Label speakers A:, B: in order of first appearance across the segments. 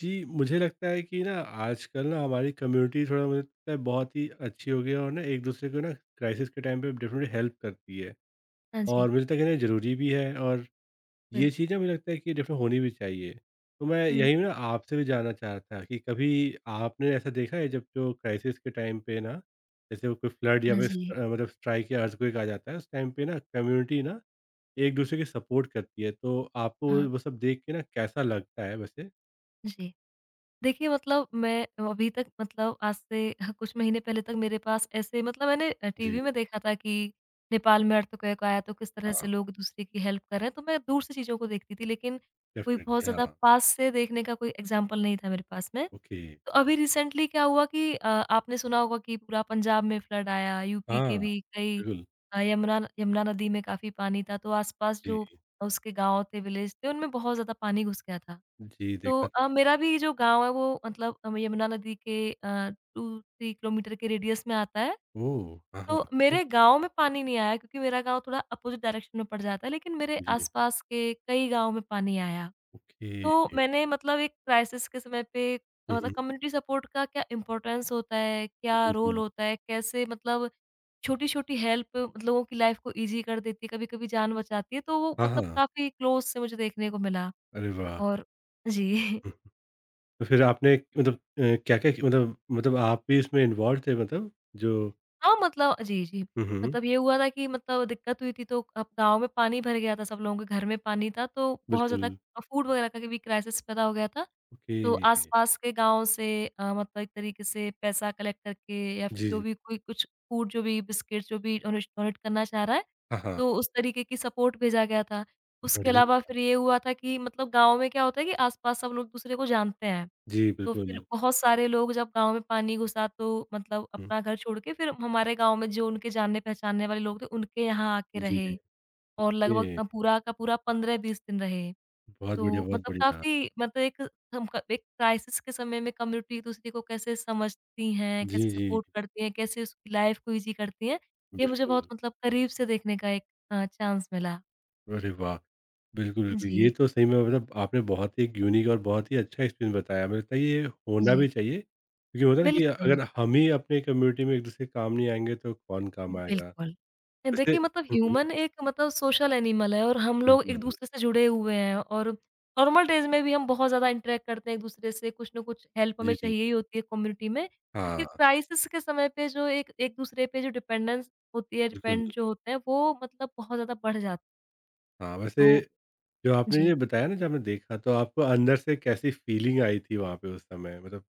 A: जी, मुझे लगता है कि ना आजकल ना हमारी कम्युनिटी थोड़ा मुझे लगता है बहुत ही अच्छी हो गई है और ना एक-दूसरे को ना क्राइसिस के टाइम पे डेफ़िनेटली हेल्प करती है
B: हाँ
A: और
B: जी,
A: मुझे लगता है कि ना ज़रूरी भी है और ये
B: बिल्कुल।
A: चीज़ ना मुझे लगता है कि डेफ़िनेटली होनी भी चाहिए। तो मैं
B: हम्म,
A: यही ना आपसे भी जानना चाह रहा था कि कभी आपने ऐसा देखा है जब जो क्राइसिस के टाइम पे ना, जैसे वो कोई फ्लड या
B: हाँ
A: फिर
B: जी,
A: मतलब स्ट्राइक या अर्थक्वेक आ जाता है, उस टाइम पे ना कम्युनिटी ना एक-दूसरे की सपोर्ट करती है, तो आपको
B: हाँ,
A: वो सब देख के ना कैसा लगता है वैसे?
B: जी। देखिए मतलब मैं अभी तक मतलब आज से ह कुछ महीने पहले तक मेरे पास ऐसे मतलब मैंने
A: जी,
B: टीवी में देखा था कि नेपाल में अर्थक्वेक आया तो किस तरह से
A: हाँ।
B: लोग दूसरे की हेल्प कर रहे हैं, तो मैं दूर से चीज़ों को देखती थी लेकिन कोई बहुत
A: डेफ़िनेटली हाँ,
B: ज़्यादा पास से देखने का कोई एग्ज़ाम्पल नहीं था मेरे पास में।
A: ओके।
B: तो अभी रिसेंटली क्या हुआ कि आपने सुना होगा कि पूरा पंजाब में फ्लड आया, यूपी
A: हाँ,
B: के भी कई
A: बिल्कुल।
B: यमुना न यमुना नदी में काफ़ी पानी था, तो आस-पास जो
A: जी,
B: उसके गाँव थे, विलेज थे, उनमें बहुत ज़्यादा पानी घुस गया था।
A: जी,
B: तो
A: देखा था।
B: मेरा भी जो गाँव है, वो मतलब यमुना नदी के 2-3 किलोमीटर के रेडियस में आता है।
A: ओह! हाँ, हाँ।
B: तो
A: फिर?
B: मेरे गाँव में पानी नहीं आया क्योंकि मेरा गाँव थोड़ा अपोज़िट डायरेक्शन में पड़ जाता है, लेकिन मेरे
A: जी, जी।
B: आस-पास के कई गाँव में पानी आया।
A: ओके।
B: तो मैंने मतलब एक क्राइसिस के समय पे
A: हुँ,
B: मतलब
A: हुँ।
B: कम्युनिटी सपोर्ट का क्या इम्पोर्टेंस होता है, क्या
A: जी,
B: रोल
A: जी।
B: होता है, कैसे मतलब छोटी-छोटी हेल्प लोगों की लाइफ़ को ईज़ी कर देती है, कभी-कभी जान बचाती है, तो वो
A: हाँ,
B: मतलब
A: हाँ।
B: काफ़ी क्लोज़ से मुझे देखने को मिला
A: अरे वाह!
B: और जी।
A: हुँ। तो फिर आपने क्या-क्या कि मतलब आप भी इसमें इन्वॉल्व थे मतलब जो
B: हाँ, मतलब जी, जी।
A: हुँ, हुँ।
B: मतलब ये हुआ था कि मतलब दिक्कत हुई थी तो अब गाँव में पानी भर गया था सब लोगों के घर में पानी था तो बहुत
A: बिल्कुल।
B: ज़्यादा फूड वग़ैरह का भी क्राइसिस पैदा हो गया था।
A: ओके।
B: तो आस-पास के गाँव से मतलब एक तरीके से पैसा कलेक्ट करके या फिर
A: जी,
B: जो
A: जी।
B: भी कोई कुछ फूड जो भी बिस्किट जो भी डोनेश डोनेट करना चाह रहा है,
A: हाँ, हाँ।
B: तो उस तरीके की सपोर्ट भेजा गया था। उसके अलावा
A: बढ़िया।
B: फिर ये हुआ था कि मतलब गाँव में क्या होता है कि आस-पास सब लोग एक-दूसरे को जानते हैं।
A: जी,
B: तो फिर
A: बिल्कुल।
B: बहुत सारे लोग जब गाँव में पानी घुसा तो मतलब
A: हुँ।
B: अपना घर छोड़ के फिर हमारे गाँव में जो उनके जानने-पहचानने वाले लोग थे, उनके यहाँ आके
A: जी,
B: रहे
A: जी।
B: और लगभग
A: ये
B: पूरा का पूरा 15-20 दिन रहे।
A: बहुत बढ़िया,
B: तो
A: बहुत
B: मतलब
A: बढ़िया।
B: काफ़ी मतलब एक हम क एक क्राइसिस के समय में कम्युनिटी एक-दूसरे को कैसे समझती हैं, कैसे
A: जी, जी।
B: सपोर्ट करती हैं, कैसे उसकी लाइफ़ को ईज़ी करती हैं, ये मुझे बहुत
A: बिल्कुल।
B: मतलब करीब से देखने का एक चांस मिला।
A: अरे वाह! बिल्कुल, बिल्कुल। ये
B: जी,
A: तो सही में मतलब आपने बहुत ही एक यूनिक और बहुत ही अच्छा एक्सपीरियंस बताया। मुझे लगता है ये
B: हाँ
A: होना
B: जी।
A: भी चाहिए, क्योंकि होता है ना कि
B: बिल्कुल।
A: अगर हम ही अपने कम्युनिटी में एक-दूसरे के काम नहीं आएँगे, तो कौन काम आएगा?
B: बिल्कुल।
A: वैसे
B: देखिए मतलब
A: हुँ, हुँ,
B: ह्यूमन एक मतलब सोशल एनिमल है और हम लोग
A: बिल्कुल।
B: एक-दूसरे से जुड़े हुए हैं और नॉर्मल डेज़ में भी हम बहुत ज़्यादा इंटरैक्ट करते हैं एक-दूसरे से, कुछ न कुछ हेल्प हमें
A: जी, जी।
B: चाहिए ही होती है कम्युनिटी में। लेकिन
A: हाँ,
B: क्राइसिस के समय पे जो एक एक-दूसरे पे जो डिपेंडेंस होती है,
A: बिल्कुल।
B: डिपेंड जो होते हैं, वो मतलब बहुत ज़्यादा बढ़ जाती है।
A: हाँ, वैसे
B: तो
A: जो आपने
B: जी।
A: ये बताया ना, जो आपने देखा, तो आपको अंदर से कैसी फीलिंग आई थी वहाँ पे उस समय? मतलब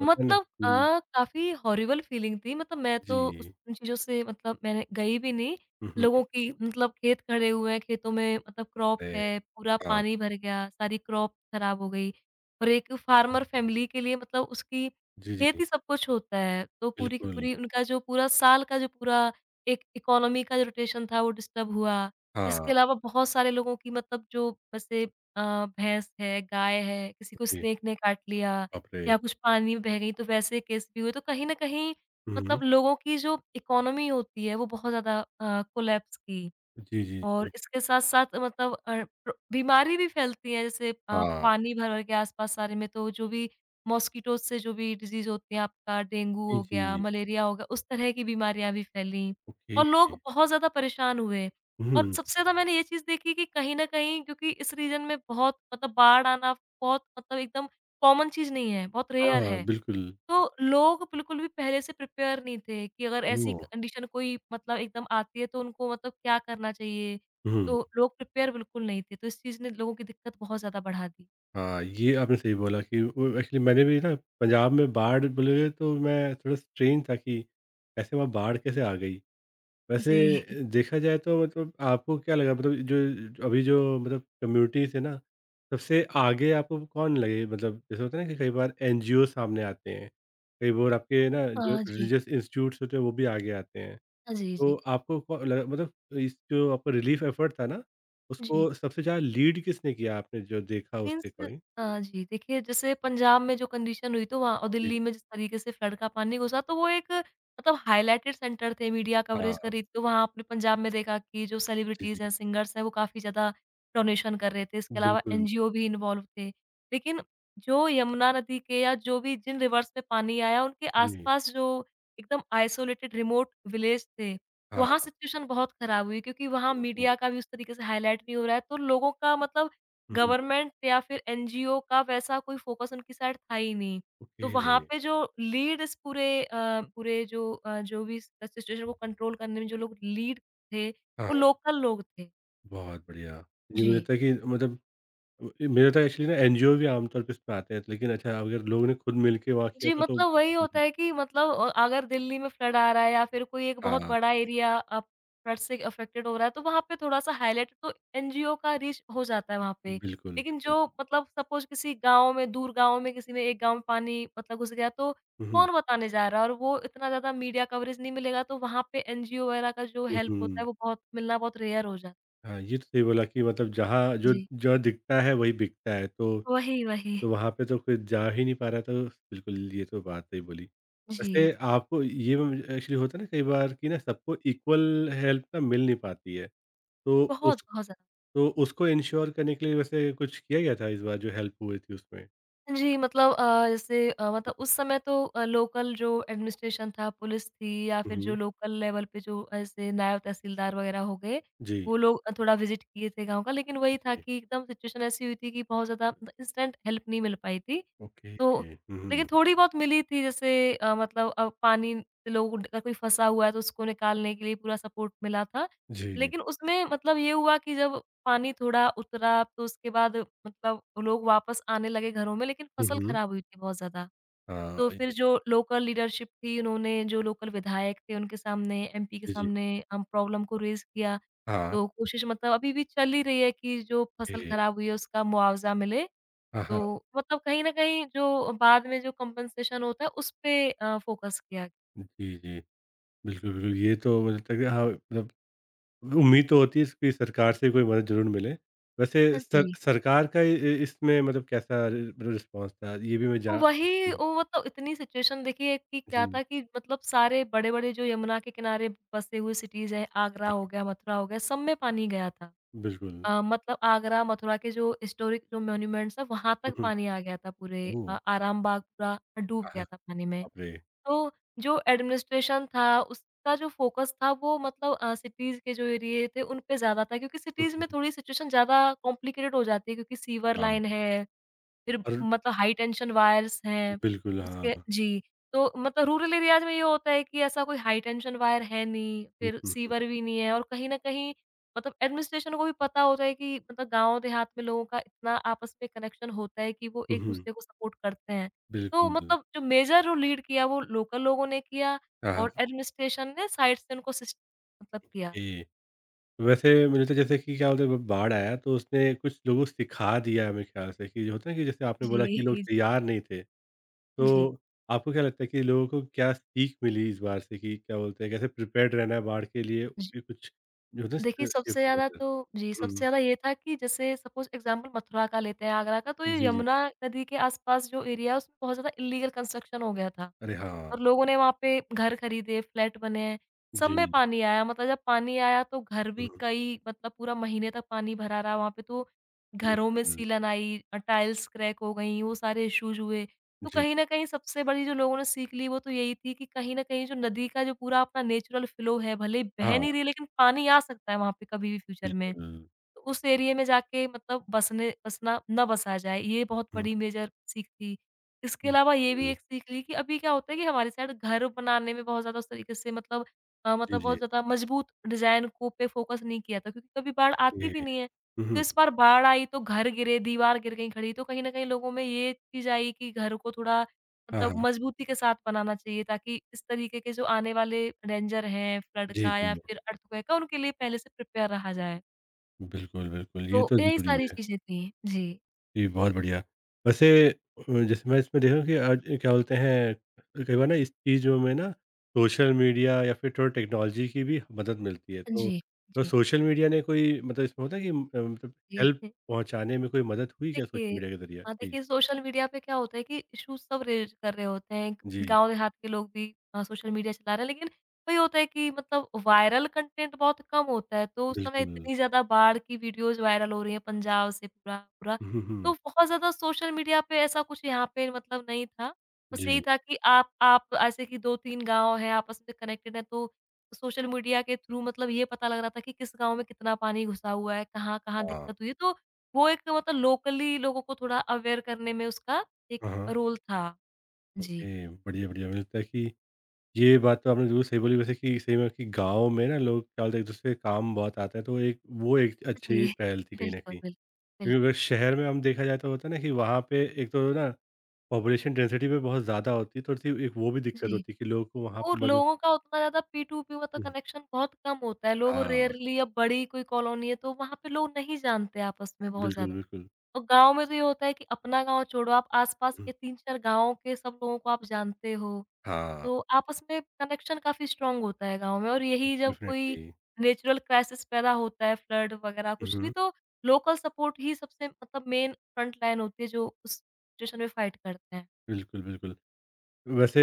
A: होता है ना
B: मतलब
A: हुँ,
B: काफ़ी हॉरिबल फीलिंग थी मतलब मैं तो उस
A: जी।
B: उन चीज़ों से मतलब मैंने गई भी नहीं,
A: हुँ, हुँ।
B: लोगों की मतलब खेत खड़े हुए हैं, खेतों में मतलब क्रॉप
A: अरे!
B: है, पूरा
A: हाँ।
B: पानी भर गया, सारी क्रॉप खराब हो गई और एक फार्मर फैमिली के लिए मतलब उसकी
A: जी, जी।
B: खेत ही सब कुछ होता है, तो पूरी की
A: बिल्कुल।
B: पूरी उनका जो पूरा साल का जो पूरा एक इकोनॉमी का जो रोटेशन था वो डिस्टर्ब हुआ। इसके
A: हाँ,
B: अलावा बहुत सारे लोगों की मतलब जो वैसे भैंस है, गाय है, किसी को
A: ओके।
B: स्नेक ने काट लिया।
A: बाप रे!
B: या कुछ पानी में बह गई तो वैसे केस भी हुए, तो कहीं न कहीं
A: हुँ,
B: मतलब
A: हुँ।
B: लोगों की जो इकोनॉमी होती है वो बहुत ज़्यादा कोलैप्स की।
A: जी,
B: और
A: जी।
B: इसके साथ-साथ मतलब प्र बीमारी भी फैलती है जैसे
A: हाँ।
B: पानी भर-भर के आस-पास सारे में तो जो भी मॉस्किटोज़ से जो भी डिज़ीज़ होती है आपका डेंगू
A: जी,
B: हो गया,
A: जी।
B: मलेरिया हो गया, उस तरह की बीमारियाँ भी फैलीं
A: ओके।
B: और लोग बहुत ज़्यादा परेशान हुए। और
A: हुँ,
B: सबसे ज़्यादा मैंने ये चीज़ देखी कि कहीं न कहीं क्योंकि इस रीजन में बहुत मतलब बाढ़ आना बहुत मतलब एकदम कॉमन चीज़ नहीं है, बहुत रेयर
A: हाँ,
B: है।
A: बिल्कुल।
B: तो लोग बिल्कुल भी पहले से प्रिपेयर नहीं थे कि अगर ऐसी
A: ओह!
B: कंडीशन कोई मतलब एकदम आती है तो उनको मतलब क्या करना चाहिए,
A: हुँ।
B: तो लोग प्रिपेयर बिल्कुल नहीं थे, तो इस चीज़ ने लोगों की दिक्कत बहुत ज़्यादा बढ़ा दी।
A: हाँ, ये आपने सही बोला कि वो एक्चुअली मैंने भी ना पंजाब में बाढ़ बोले तो मैं थोड़ा स्ट्रेंज था कि ऐसे वहाँ बाढ़ कैसे आ गई?
B: जी।
A: वैसे देखा जाए तो मतलब आपको क्या लगा मतलब जो जो अभी जो मतलब कम्युनिटीज़ है ना, सबसे आगे आपको कौन लगे? मतलब जैसे होता है ना कि कई बार एनजीओ सामने आते हैं, कई बार आपके ना जो
B: हाँ जी।
A: रिलीजियस इंस्टीट्यूट्स होते हैं वो भी आगे आते हैं।
B: हाँ जी,
A: तो
B: जी।
A: आपको को लगा मतलब इस जो आपका रिलीफ़ एफ़र्ट था ना,
B: जी।
A: उसको सबसे ज़्यादा लीड किसने किया आपने जो देखा उसके
B: मीन्स
A: अकॉर्डिंग?
B: जी, देखिए जैसे पंजाब में जो कंडीशन हुई तो वहाँ और
A: जी,
B: दिल्ली
A: जी।
B: में जिस तरीके से फ्लड का पानी घुसा तो वो एक मतलब हाइलाइटेड सेंटर थे, मीडिया कवरेज
A: हाँ,
B: करी तो वहाँ आपने पंजाब में देखा कि जो
A: जी, जी।
B: सेलिब्रिटीज़ हैं, सिंगर्स हैं वो काफ़ी ज़्यादा डोनेशन कर रहे थे, इसके अलावा
A: बिल्कुल,
B: एनजीओ भी इन्वॉल्व थे। लेकिन जो यमुना नदी के या जो भी जिन रिवर्स में पानी आया उनके
A: जी।
B: आस-पास जो एकदम आइसोलेटेड रिमोट विलेज थे,
A: हाँ,
B: वहाँ सिचुएशन बहुत खराब हुई क्योंकि वहाँ
A: हुँ।
B: मीडिया का भी उस तरीके से हाइलाइट नहीं हो रहा है तो लोगों का मतलब
A: हुँ,
B: गवर्नमेंट या फिर एनजीओ का वैसा कोई फ़ोकस उनकी साइड था ही नहीं। तो
A: ओके।
B: वहाँ पे जो लीड इस पूरे पूरे जो जो भी इस सिचुएशन को कंट्रोल करने में जो लोग लीड थे,
A: हाँ, हाँ।
B: वो लोकल लोग थे।
A: बहुत बढ़िया। जी,
B: जी।
A: मुझे लगता है कि मतलब मुझे लगता है एक्चुअली ना एनजीओ भी आमतौर पे इसमें आते हैं, लेकिन अच्छा अगर लोगों ने खुद मिलके वहाँ किया
B: जी,
A: था तो
B: मतलब वही
A: हुँ,
B: होता
A: हुँ।
B: है कि मतलब अगर दिल्ली में फ्लड आ रहा है या फिर कोई एक बहुत
A: हाँ।
B: बड़ा एरिया फ्लड से अफ़ेक्टेड हो रहा है, तो वहाँ पे थोड़ा-सा हाइलाइट तो एनजीओ का रीच हो जाता है वहाँ पे।
A: बिल्कुल,
B: लेकिन
A: बिल्कुल।
B: जो मतलब सपोज़ किसी गाँव में, दूर गाँव में किसी ने एक गाँव में पानी मतलब घुस गया, तो
A: हुँ, हुँ,
B: कौन बताने जा रहा है? और वो इतना ज़्यादा मीडिया कवरेज नहीं मिलेगा, तो वहाँ पे एनजीओ वगैरह का जो
A: हुँ,
B: हेल्प होता है,
A: हुँ।
B: वो बहुत मिलना बहुत रेयर हो जाता है।
A: हाँ, ये तो सही बोला कि मतलब जहाँ जो
B: जी,
A: जो दिखता है वही बिकता है
B: वही, वही।
A: तो वहाँ पे तो कोई जा ही नहीं पा रहा था, बिल्कुल ये तो बात सही बोली।
B: जी,
A: वैसे आपको ये एक्चुअली होता है ना कई बार कि ना सबको इक्वल हेल्प ना मिल नहीं पाती है, तो
B: बहुत,
A: उस
B: बहुत ज़्यादा।
A: तो उसको इंश्योर करने के लिए वैसे कुछ किया गया था इस बार जो हेल्प हुई थी उसमें?
B: जी, मतलब जैसे मतलब उस समय तो लोकल जो एडमिनिस्ट्रेशन था, पुलिस थी या
A: हुँ,
B: फिर जो
A: हुँ।
B: लोकल लेवल पे जो ऐसे नायब तहसीलदार वगैरह हो गए,
A: जी,
B: वो लोग थोड़ा विज़िट किए थे गाँव का। लेकिन वही था
A: ओके,
B: कि एकदम सिचुएशन ऐसी हुई थी कि बहुत ज़्यादा मतलब इंस्टेंट हेल्प नहीं मिल पाई थी।
A: ओके।
B: तो
A: हुँ,
B: लेकिन
A: हुँ।
B: थोड़ी बहुत मिली थी जैसे मतलब पानी से लोग अगर कोई फँसा हुआ है तो उसको निकालने के लिए पूरा सपोर्ट मिला था।
A: जी,
B: लेकिन उसमें मतलब ये हुआ कि जब पानी थोड़ा उतरा तो उसके बाद मतलब लोग वापस आने लगे घरों में लेकिन
A: हुँ,
B: फसल
A: हुँ।
B: खराब हुई थी बहुत ज़्यादा।
A: हाँ,
B: तो फिर
A: ये
B: जो लोकल लीडरशिप थी उन्होंने जो लोकल विधायक थे उनके सामने, एमपी के
A: जी, जी।
B: सामने हम प्रॉब्लम को रेज़ किया।
A: हाँ,
B: तो कोशिश मतलब अभी भी चल ही रही है कि जो फसल
A: ओके।
B: खराब हुई है उसका मुआवज़ा मिले।
A: हाँ, हाँ।
B: तो मतलब कहीं न कहीं जो बाद में जो कम्पेन्सेशन होता है उस पे फ़ोकस किया गया।
A: जी, जी। बिल्कुल, बिल्कुल ये तो मुझे लगता है कि हाँ, मतलब उम्मीद तो होती है इसकी सरकार से कोई मदद ज़रूर मिले। वैसे
B: हाँ
A: सर
B: जी।
A: सरकार का इ इ इसमें मतलब कैसा रि मतलब रिस्पॉन्स था? ये भी मैं
B: तो
A: जा
B: वही,
A: हुँ,
B: वो मतलब इतनी सिचुएशन देखिए एक कि क्या
A: जी।
B: था कि मतलब सारे बड़े-बड़े जो यमुना के किनारे बसे हुए सिटीज़ हैं, आगरा
A: हाँ।
B: हो गया, मथुरा हो गया, सब में पानी गया था।
A: बिल्कुल।
B: मतलब आगरा, मथुरा के जो हिस्टोरिक जो मॉन्यूमेंट्स हैं, वहाँ
A: हुँ,
B: तक
A: हुँ।
B: पानी आ गया था पूरे
A: ओह!
B: आराम बाग पूरा डूब
A: हाँ, हाँ।
B: गया था पानी में।
A: बाप रे!
B: तो जो एडमिनिस्ट्रेशन था, उसका जो फ़ोकस था वो मतलब सिटीज़ के जो एरिये थे, उन पे ज़्यादा था क्योंकि
A: हुँ,
B: सिटीज़ में
A: हुँ।
B: थोड़ी सिचुएशन ज़्यादा कॉम्प्लिकेटेड हो जाती है क्योंकि सीवर
A: हाँ।
B: लाइन है फिर
A: और
B: मतलब हाई टेंशन वायर्स हैं,
A: बिल्कुल
B: उसके
A: हाँ।
B: जी, तो मतलब रूरल एरियाज़ में ये होता है कि ऐसा कोई हाई टेंशन वायर है नहीं,
A: हुँ,
B: फिर
A: हुँ।
B: सीवर भी नहीं है और कहीं न कहीं मतलब एडमिनिस्ट्रेशन को भी पता होता है कि मतलब गाँव देहात में लोगों का इतना आपस में कनेक्शन होता है कि वो
A: हुँ, हुँ।
B: एक-दूसरे को सपोर्ट करते हैं। तो
A: बिल्कुल।
B: मतलब जो मेजर रोल लीड किया वो लोकल लोगों ने किया
A: हाँ, हाँ।
B: और एडमिनिस्ट्रेशन ने साइड से उनको सिस्ट मतलब किया।
A: जी। वैसे मुझे तो जैसे कि क्या बोलते हैं, ब बाढ़ आया तो उसने कुछ लोगों को सिखा दिया है मेरे ख़्याल से कि जो होता है कि जैसे आपने
B: जी,
A: बोला कि लोग
B: जी।
A: तैयार नहीं थे। तो आपको क्या लगता है कि लोगों को क्या सीख मिली इस बार से कि क्या बोलते हैं कैसे प्रिपेयर्ड रहना है बाढ़ के लिए
B: जी।
A: फिर कुछ जो होता
B: देखिए,
A: है
B: सबसे
A: सेफ्टी
B: ज़्यादा
A: वगैरह?
B: तो जी, सबसे
A: हुँ।
B: ज़्यादा ये था कि जैसे सपोज़ एग्ज़ाम्पल मथुरा का लेते हैं, आगरा का, तो ये
A: जी, जी।
B: यमुना नदी के आस-पास जो एरिया है, उसमें बहुत ज़्यादा इल्लीगल कंस्ट्रक्शन हो गया था।
A: अरे हाँ।
B: और लोगों ने वहाँ पे घर खरीदे, फ्लैट बने, हैं, सब में
A: जी।
B: पानी आया। मतलब जब पानी आया तो घर भी
A: हुँ,
B: कई मतलब पूरा महीने तक पानी भरा रहा वहाँ पे, तो घरों में
A: बिल्कुल।
B: सीलन आई टाइल्स क्रैक हो गईं, वो सारे इश्यूज़ हुए। तो
A: जी।
B: कहीं न कहीं सबसे बड़ी जो लोगों ने सीख ली वो तो यही थी कि कहीं न कहीं जो नदी का जो पूरा अपना नेचुरल फ्लो है, भले ही बह
A: हाँ,
B: नहीं रही है लेकिन पानी आ सकता है वहाँ पे कभी भी फ्यूचर में।
A: बिल्कुल।
B: तो उस एरिये में जाके मतलब बसने बसना ना बसा जाए, ये बहुत
A: हुँ,
B: बड़ी मेजर सीख थी। इसके अलावा ये भी
A: बिल्कुल।
B: एक सीख ली कि अभी क्या होता है कि हमारे साइड घर बनाने में बहुत ज़्यादा उस तरीके से मतलब
A: जी,
B: मतलब बहुत
A: जी।
B: ज़्यादा मजबूत डिज़ाइन को पे फ़ोकस नहीं किया था क्योंकि कभी बाढ़ आती
A: ओके।
B: भी नहीं है।
A: हुँ,
B: तो
A: हुँ।
B: इस बार बाढ़ आई तो घर गिरे, दीवार गिर गई खड़ी, तो कहीं न कहीं लोगों में ये चीज़ आई कि घर को थोड़ा
A: हाँ,
B: मतलब
A: हाँ।
B: मजबूती के साथ बनाना चाहिए ताकि इस तरीके के जो आने वाले डेंजर हैं, फ्लड
A: जी,
B: का या
A: जी।
B: फिर अर्थक्वेक का, उनके लिए पहले से प्रिपेयर रहा जाए।
A: बिल्कुल, बिल्कुल। ये
B: तो
A: तो
B: यही
A: ज़रूरी
B: सारी
A: है।
B: चीज़ें थी। जी।
A: जी, बहुत बढ़िया। वैसे जैसे मैं इसमें देखा कि आज क्या बोलते हैं, कई बार ना इस चीज़ों में ना सोशल मीडिया या फिर थोड़ा टेक्नोलॉजी की भी मदद मिलती है।
B: जी,
A: तो
B: जी,
A: सोशल मीडिया ने कोई मतलब इसमें होता है कि मतलब
B: जी।
A: हेल्प पहुँचाने में कोई मदद हुई क्या सोशल
B: देखिए।
A: मीडिया के ज़रिए?
B: हाँ,
A: जी।
B: देखिए सोशल मीडिया पे क्या होता है कि इश्यूज़ सब रेज़ कर रहे होते हैं।
A: जी,
B: गाँव देहात के लोग भी सोशल मीडिया चला रहे हैं, लेकिन वही होता है कि मतलब वायरल कंटेंट बहुत कम होता है। तो उस समय
A: बिल्कुल।
B: इतनी ज़्यादा बाढ़ की वीडियोज़ वायरल हो रही हैं पंजाब से पूरा-पूरा।
A: हुँ,
B: तो
A: हुँ।
B: बहुत ज़्यादा सोशल मीडिया पे ऐसा कुछ यहाँ पे मतलब नहीं था। बस
A: जी।
B: यही था कि आप ऐसे कि 2-3 गाँव हैं, आपस में कनेक्टेड हैं, तो सोशल मीडिया के थ्रू मतलब ये पता लग रहा था कि किस गाँव में कितना पानी घुसा हुआ है, कहाँ-कहाँ
A: हाँ।
B: दिक्कत हुई है। तो वो एक मतलब लोकली लोगों को थोड़ा अवेयर करने में उसका एक
A: हाँ, हाँ।
B: रोल था। जी।
A: ओके, बढ़िया, बढ़िया। मुझे लगता है कि ये बात तो आपने ज़रूर सही बोली वैसे कि सही में कि गाँव में ना लोग क्या बोलते हैं एक-दूसरे के काम बहुत आते हैं, तो एक वो एक
B: जी।
A: अच्छी पहल थी कहीं न
B: बिल्कुल,
A: कहीं।
B: बिल्कुल,
A: क्योंकि
B: बिल्कुल।
A: अगर शहर में हम देखा जाए तो होता है ना कि वहाँ पे एक तो ना पॉपुलेशन डेंसिटी भी बहुत ज़्यादा होती है तो थोड़ी-सी एक वो भी दिक्कत
B: जी।
A: होती है कि लोगों को वहाँ पे
B: और
A: मदद
B: लोगों का उतना ज़्यादा पी-टू-पी मतलब
A: हुँ।
B: कनेक्शन बहुत कम होता है। लोग
A: हाँ।
B: रेयरली, अब बड़ी कोई कॉलोनी है तो वहाँ पे लोग नहीं जानते आपस में बहुत
A: बिल्कुल,
B: ज़्यादा।
A: बिल्कुल।
B: और गाँव में तो ये होता है कि अपना गाँव छोड़ो, आप आस-पास
A: हुँ।
B: के 3-4 गाँव के सब लोगों को आप जानते हो,
A: हाँ।
B: तो आपस में कनेक्शन काफ़ी स्ट्रॉन्ग होता है गाँव में, और यही जब कोई
A: डेफ़िनेटली।
B: नेचुरल क्राइसिस पैदा होता है, फ्लड वगैरह कुछ भी,
A: उहुँ।
B: तो लोकल सपोर्ट ही सबसे मतलब मेन फ्रंट लाइन होती है, जो उस सिचुएशन में फाइट करते हैं।
A: बिल्कुल, बिल्कुल। वैसे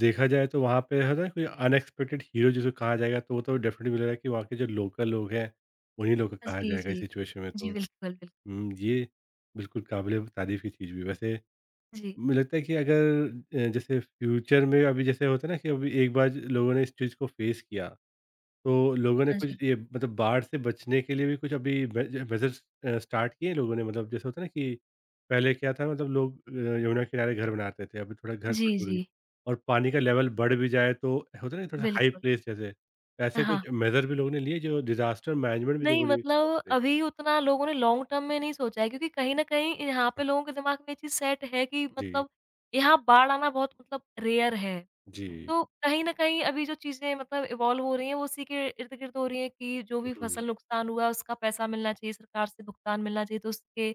A: देखा जाए तो वहाँ पे है ना कोई अनएक्सपेक्टेड हीरो जिसे कहा जाएगा तो वो तो डेफ़िनेटली मुझे लग रहा है कि वहाँ के जो लोकल लोग हैं, उन्हीं लोगों को कहा
B: जी,
A: जाएगा इस
B: जी, जी।
A: सिचुएशन में तो।
B: जी, बिल्कुल, बिल्कुल।
A: हुँ, ये बिल्कुल काबिल-ए-तारीफ़ की चीज़ भी है। वैसे
B: जी।
A: मुझे लगता है कि अगर जैसे फ्यूचर में अभी जैसे होता है ना कि अभी एक बार लोगों ने इस चीज़ को फेस किया तो लोगों ने
B: हाँ जी।
A: कुछ ये मतलब बाढ़ से बचने के लिए भी कुछ अभी मेजर्स स्टार्ट किए हैं लोगों ने मतलब जैसे होता है ना कि पहले क्या था मतलब लोग यमुना किनारे घर बनाते थे अभी थोड़ा घर
B: जी,
A: पर दूर गई।
B: जी।
A: और पानी का लेवल बढ़ भी जाए तो होता है ना थोड़ा हाई
B: बिल्कुल।
A: प्लेस जैसे ऐसे
B: हाँ।
A: कुछ मेजर भी लोगों ने लिए जो डिजास्टर मैनेजमेंट भी जो
B: नहीं,
A: बोली
B: मतलब अभी उतना लोगों ने लॉन्ग टर्म में नहीं सोचा है, क्योंकि कहीं न कहीं यहाँ पे
A: हाँ,
B: लोगों के दिमाग में ये चीज़ सेट है कि
A: जी
B: मतलब यहाँ बाढ़ आना बहुत मतलब रेयर है।
A: जी
B: तो कहीं न कहीं अभी जो चीज़ें मतलब इवॉल्व हो रही हैं, वो उसी के इर्द-गिर्द हो रही हैं कि जो भी
A: हम्म,
B: फसल नुकसान हुआ, उसका पैसा मिलना चाहिए, सरकार से भुगतान मिलना चाहिए। तो उसके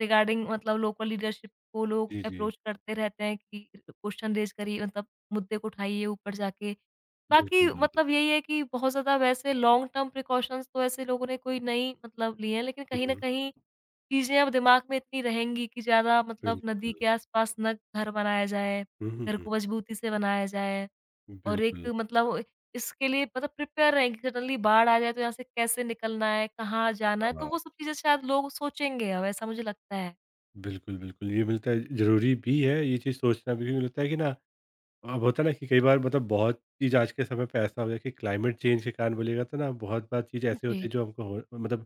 B: रिगार्डिंग मतलब लोकल लीडरशिप को लोग
A: जी जी
B: अप्रोच करते रहते हैं कि क्वेश्चन रेज़ करिए, मतलब मुद्दे को उठाइए ऊपर जाके। बाकी
A: बिल्कुल
B: मतलब यही है कि बहुत ज़्यादा वैसे लॉन्ग टर्म प्रिकॉशंस तो ऐसे लोगों ने कोई नहीं मतलब लिए हैं, लेकिन कहीं न
A: हम्म,
B: कहीं चीज़ें अब दिमाग में इतनी रहेंगी कि ज़्यादा मतलब नदी
A: बिल्कुल
B: के आस-पास ना घर बनाया जाए,
A: हुँ, हुँ,
B: घर
A: हुँ।
B: को मजबूती से बनाया जाए। और एक
A: बिल्कुल,
B: मतलब इसके लिए मतलब प्रिपेयर रहेंगे कि सडनली बाढ़ आ जाए तो यहाँ से कैसे निकलना है, कहाँ जाना है, तो
A: हाँ,
B: वो सब चीज़ें शायद लोग सोचेंगे अब, ऐसा मुझे लगता है।
A: बिल्कुल, बिल्कुल, ये मिलता है ज़रूरी भी है ये चीज़ सोचना भी मुझे लगता है कि ना अब होता है ना कि कई बार मतलब बहुत चीज़ आज के समय पे ऐसा हो गया कि क्लाइमेट चेंज के कारण बोलिएगा तो ना बहुत बार चीज़ ऐसी होती
B: जी।
A: है जो हमको हो मतलब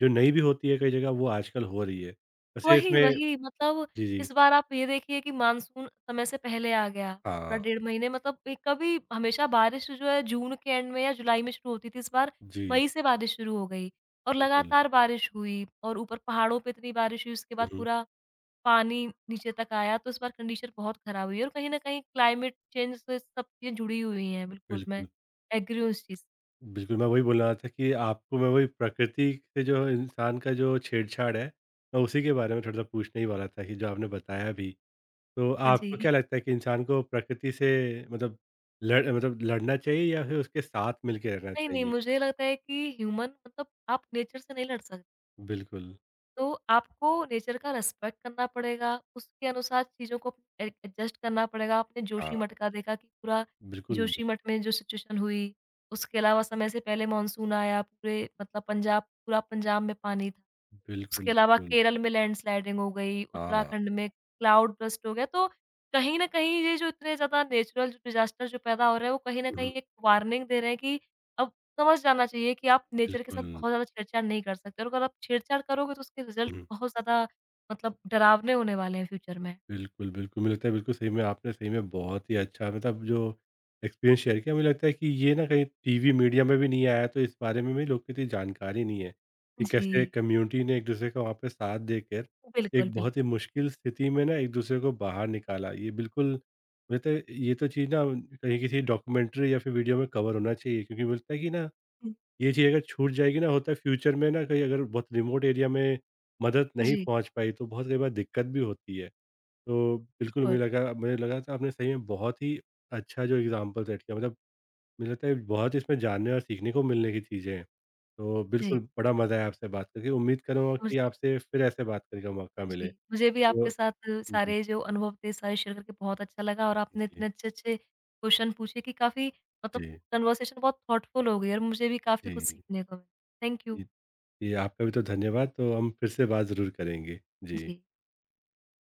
A: जो नई भी होती है कई जगह वो आजकल हो रही है। वैसे
B: वही,
A: इसमें
B: वही मतलब
A: जी, जी।
B: इस बार आप ये देखिए कि मानसून समय से पहले आ गया, पूरा
A: हाँ,
B: डेढ़ महीने मतलब ए कभी हमेशा बारिश जो है जून के एंड में या जुलाई में शुरू होती थी, इस बार
A: जी,
B: मई से बारिश शुरू हो गई, और
A: बिल्कुल।
B: लगातार बारिश हुई और ऊपर पहाड़ों पे इतनी बारिश हुई, उसके
A: हुँ,
B: बाद
A: हुँ,
B: पूरा पानी नीचे तक आया, तो इस बार कंडीशन बहुत खराब हुई है, और कहीं न कहीं क्लाइमेट चेंज से सब चीज़ें जुड़ी हुई हैं, बिल्कुल मैं
A: बिल्कुल।
B: एग्री हूँ इस चीज़।
A: बिल्कुल, मैं वही बोल रहा था कि आपको मैं वही प्रकृति से जो इंसान का जो छेड़छाड़ है, मैं उसी के बारे में थोड़ा-सा पूछने ही वाला था कि जो आपने बताया भी। तो
B: हाँ
A: आपको
B: जी।
A: क्या लगता है कि इंसान को प्रकृति से मतलब लड़ मतलब लड़ना चाहिए या फिर उसके साथ मिलके रहना
B: नहीं, नहीं,
A: चाहिए?
B: मुझे लगता है कि ह्यूमन मतलब आप नेचर से नहीं लड़ सक।
A: बिल्कुल।
B: तो आपको नेचर का रिस्पेक्ट करना पड़ेगा, उसके अनुसार चीज़ों को ए एडजस्ट करना पड़ेगा। आपने जोशीमठ
A: हाँ।
B: का देखा कि पूरा
A: बिल्कुल,
B: जोशीमठ में जो सिचुएशन हुई, उसके अलावा समय से पहले मानसून आया, पूरे मतलब पंजाब पूरा पंजाब में पानी था।
A: बिल्कुल,
B: उसके अलावा
A: बिल्कुल।
B: केरल में लैंडस्लाइडिंग हो गई,
A: हाँ।
B: उत्तराखंड में क्लाउड बर्स्ट हो गया, तो कहीं न कहीं ये जो इतने ज़्यादा नेचुरल डिज़ास्टर जो पैदा हो रहे हैं, वो कहीं न
A: हुँ,
B: कहीं एक वार्निंग दे रहे हैं कि अब समझ जाना चाहिए कि आप नेचर के साथ
A: बिल्कुल।
B: बहुत ज़्यादा छेड़छाड़ नहीं कर सकते, और अगर आप छेड़छाड़ करोगे तो उसके रिज़ल्ट
A: हुँ।
B: बहुत ज़्यादा मतलब डरावने होने वाले हैं फ्यूचर में।
A: बिल्कुल, बिल्कुल। मुझे लगता है बिल्कुल सही में आपने सही में बहुत ही अच्छा मतलब जो एक्सपीरियंस शेयर किया मुझे लगता है कि ये ना कहीं टीवी मीडिया में भी नहीं आया तो इस बारे में भी लोग को इतनी जानकारी नहीं है, कि कैसे
B: जी,
A: कम्युनिटी ने एक-दूसरे का वहाँ पे साथ देकर
B: बिल्कुल,
A: एक बहुत ही
B: बिल्कुल।
A: मुश्किल स्थिति में ना एक-दूसरे को बाहर निकाला। ये बिल्कुल मुझे लगता है ये तो चीज़ ना कहीं किसी डॉक्यूमेंट्री या फिर वीडियो में कवर होना चाहिए क्योंकि मुझे लगता है कि ना ये चीज़ अगर छूट जाएगी ना होता है फ्यूचर में ना कहीं अगर बहुत रिमोट एरिया में मदद नहीं
B: जी,
A: पहुँच पाई तो बहुत कई बार दिक्कत भी होती है। तो बिल्कुल
B: बिल्कुल।
A: मुझे लगा था आपने सही में बहुत ही अच्छा जो एग्जाम्पल सेट किया मतलब मुझे लगता है बहुत इसमें जानने और सीखने को मिलने की चीज़ें हैं। तो बिल्कुल
B: जी,
A: बड़ा मज़ा आया आपसे बात करके। उम्मीद करूँगा
B: मुझे
A: कि आपसे फिर ऐसे बात करने का मौका
B: जी,
A: मिले।
B: मुझे भी आपके
A: तो
B: साथ
A: जी,
B: सारे जो अनुभव थे सारे शेयर करके बहुत अच्छा लगा, और आपने इतने
A: जी,
B: अच्छे-अच्छे क्वेश्चन पूछे कि काफ़ी मतलब
A: जी,
B: कन्वर्सेशन बहुत थॉटफुल हो गई, और मुझे भी काफ़ी कुछ
A: जी,
B: सीखने को मिला। Thank you.
A: जी, जी, आपका भी तो धन्यवाद। तो हम फिर से बात ज़रूर करेंगे। जी।
B: जी।